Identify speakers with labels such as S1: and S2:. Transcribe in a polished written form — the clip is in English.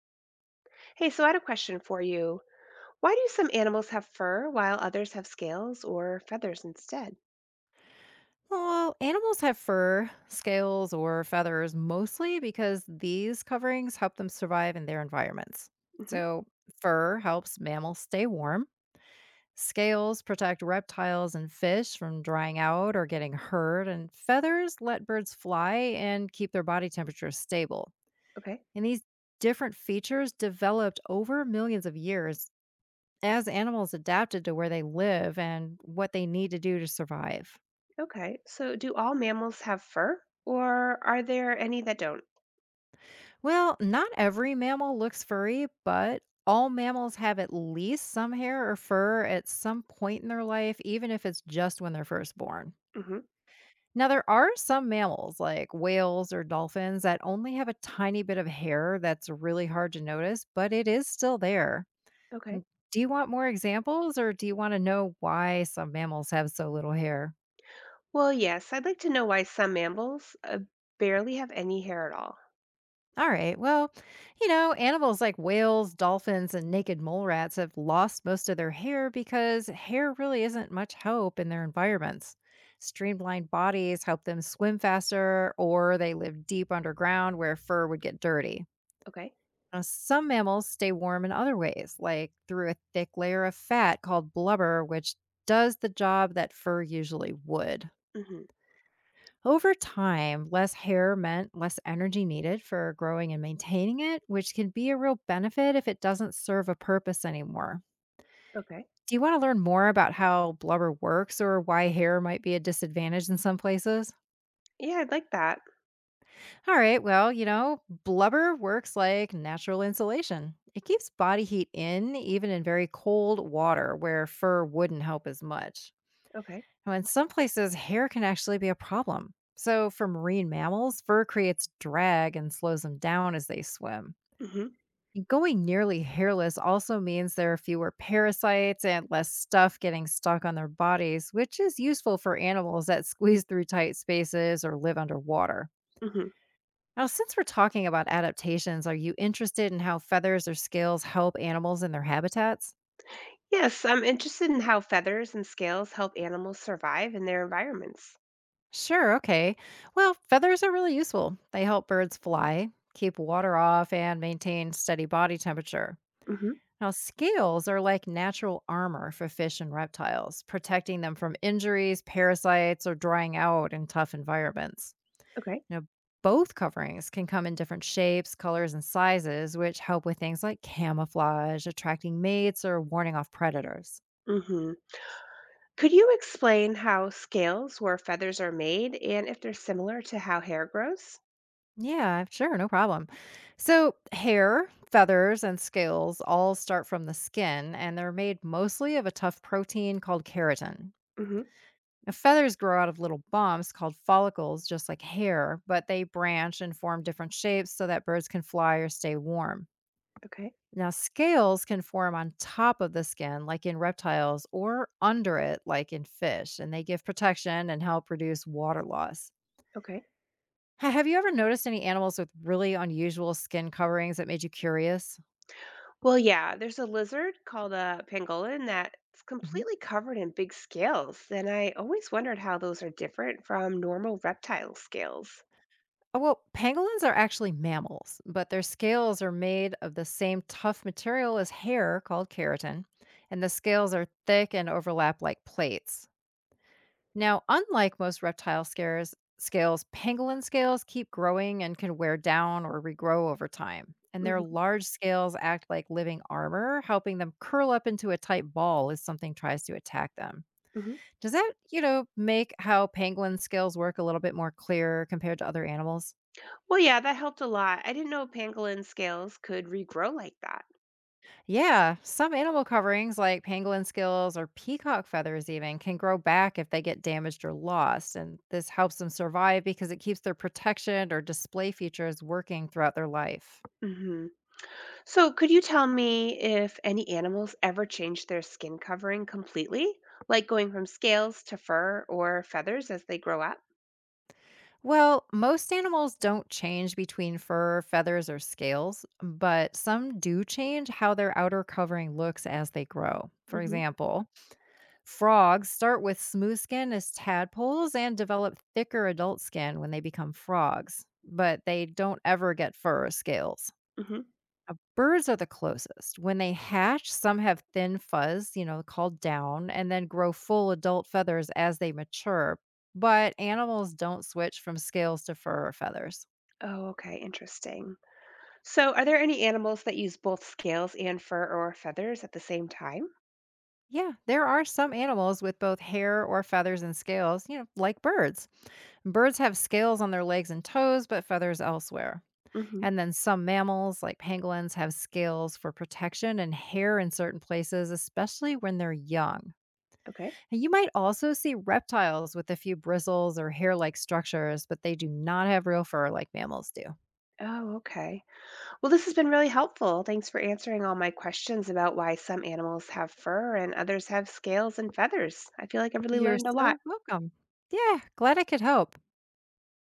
S1: Hey, so I had a question for you. Why do some animals have fur while others have scales or feathers instead?
S2: Well, animals have fur, scales, or feathers mostly because these coverings help them survive in their environments.
S1: Hmm.
S2: So, fur helps mammals stay warm. Scales protect reptiles and fish from drying out or getting hurt, and feathers let birds fly and keep their body temperature stable.
S1: Okay.
S2: And these different features developed over millions of years as animals adapted to where they live and what they need to do to survive.
S1: Okay. So do all mammals have fur or are there any that don't?
S2: Well, not every mammal looks furry, but all mammals have at least some hair or fur at some point in their life, even if it's just when they're first born.
S1: Hmm.
S2: Now, there are some mammals like whales or dolphins that only have a tiny bit of hair that's really hard to notice, but it is still there.
S1: Okay.
S2: N- Do you want more examples or do you want to know why some mammals have so little hair?
S1: Well, yes, I'd like to know why some mammals barely have any hair at all.
S2: All right. Well, animals like whales, dolphins, and naked mole rats have lost most of their hair because hair really isn't much help in their environments. Streamlined bodies help them swim faster, or they live deep underground where fur would get dirty.
S1: Okay.
S2: Now, some mammals stay warm in other ways, like through a thick layer of fat called blubber, which does the job that fur usually would.
S1: Hmm.
S2: Over time, less hair meant less energy needed for growing and maintaining it, which can be a real benefit if it doesn't serve a purpose anymore.
S1: Okay.
S2: Do you want to learn more about how blubber works or why hair might be a disadvantage in some places?
S1: Yeah, I'd like that.
S2: All right, well, blubber works like natural insulation. It keeps body heat in, even in very cold water where fur wouldn't help as much.
S1: Okay.
S2: Now, in some places, hair can actually be a problem. So, for marine mammals, fur creates drag and slows them down as they swim.
S1: Hmm.
S2: And going nearly hairless also means there are fewer parasites and less stuff getting stuck on their bodies, which is useful for animals that squeeze through tight spaces or live underwater.
S1: Hmm.
S2: Now, since we're talking about adaptations, are you interested in how feathers or scales help animals in their habitats?
S1: Yes, I'm interested in how feathers and scales help animals survive in their environments.
S2: Sure, okay. Well, feathers are really useful. They help birds fly, keep water off, and maintain steady body temperature.
S1: Hmm.
S2: Now, scales are like natural armor for fish and reptiles, protecting them from injuries, parasites, or drying out in tough environments.
S1: Okay.
S2: Now, both coverings can come in different shapes, colors, and sizes, which help with things like camouflage, attracting mates, or warning off predators.
S1: Hmm. Could you explain how scales where feathers are made and if they're similar to how hair grows?
S2: Yeah, sure, no problem. So, hair, feathers, and scales all start from the skin, and they're made mostly of a tough protein called keratin.
S1: Hmm.
S2: Now, feathers grow out of little bumps called follicles, just like hair, but they branch and form different shapes so that birds can fly or stay warm.
S1: Okay.
S2: Now, scales can form on top of the skin, like in reptiles, or under it, like in fish, and they give protection and help reduce water loss.
S1: Okay.
S2: Ha Have you ever noticed any animals with really unusual skin coverings that made you curious?
S1: Well, yeah, there's a lizard called a pangolin that's
S2: Mhm.
S1: completely covered in big scales. And I always wondered how those are different from normal reptile scales.
S2: Oh, well, pangolins are actually mammals, but their scales are made of the same tough material as hair called keratin, and the scales are thick and overlap like plates. Now, unlike most scales, pangolin scales keep growing and can wear down or regrow over time. And their
S1: Hmm.
S2: large scales act like living armor, helping them curl up into a tight ball if something tries to attack them.
S1: Hmm.
S2: Does that make how penguin scales work a little bit more clear compared to other animals?
S1: Well, yeah, that helped a lot. I didn't know pangolin scales could regrow like that.
S2: Yeah, some animal coverings like pangolin scales or peacock feathers even can grow back if they get damaged or lost, and this helps them survive because it keeps their protection or display features working throughout their life.
S1: Hmm. So, could you tell me if any animals ever change their skin covering completely, like going from scales to fur or feathers as they grow up?
S2: Well, most animals don't change between fur, feathers, or scales, but some do change how their outer covering looks as they grow. For
S1: Hmm.
S2: example, frogs start with smooth skin as tadpoles and develop thicker adult skin when they become frogs, but they don't ever get fur or scales.
S1: Hmm.
S2: Birds are the closest. When they hatch, some have thin fuzz, called down, and then grow full adult feathers as they mature. But animals don't switch from scales to fur or feathers.
S1: Oh, okay, interesting. So, are there any animals that use both scales and fur or feathers at the same time?
S2: Yeah, there are some animals with both hair or feathers and scales, like birds. Birds have scales on their legs and toes, but feathers elsewhere.
S1: Hmm.
S2: And then some mammals, like pangolins, have scales for protection and hair in certain places, especially when they're young.
S1: Okay.
S2: And you might also see reptiles with a few bristles or hair like structures, but they do not have real fur like mammals do.
S1: Oh, okay. Well, this has been really helpful. Thanks for answering all my questions about why some animals have fur and others have scales and feathers. I feel like I've really
S2: You're
S1: learned a lot.
S2: so welcome. Yeah, glad I could help.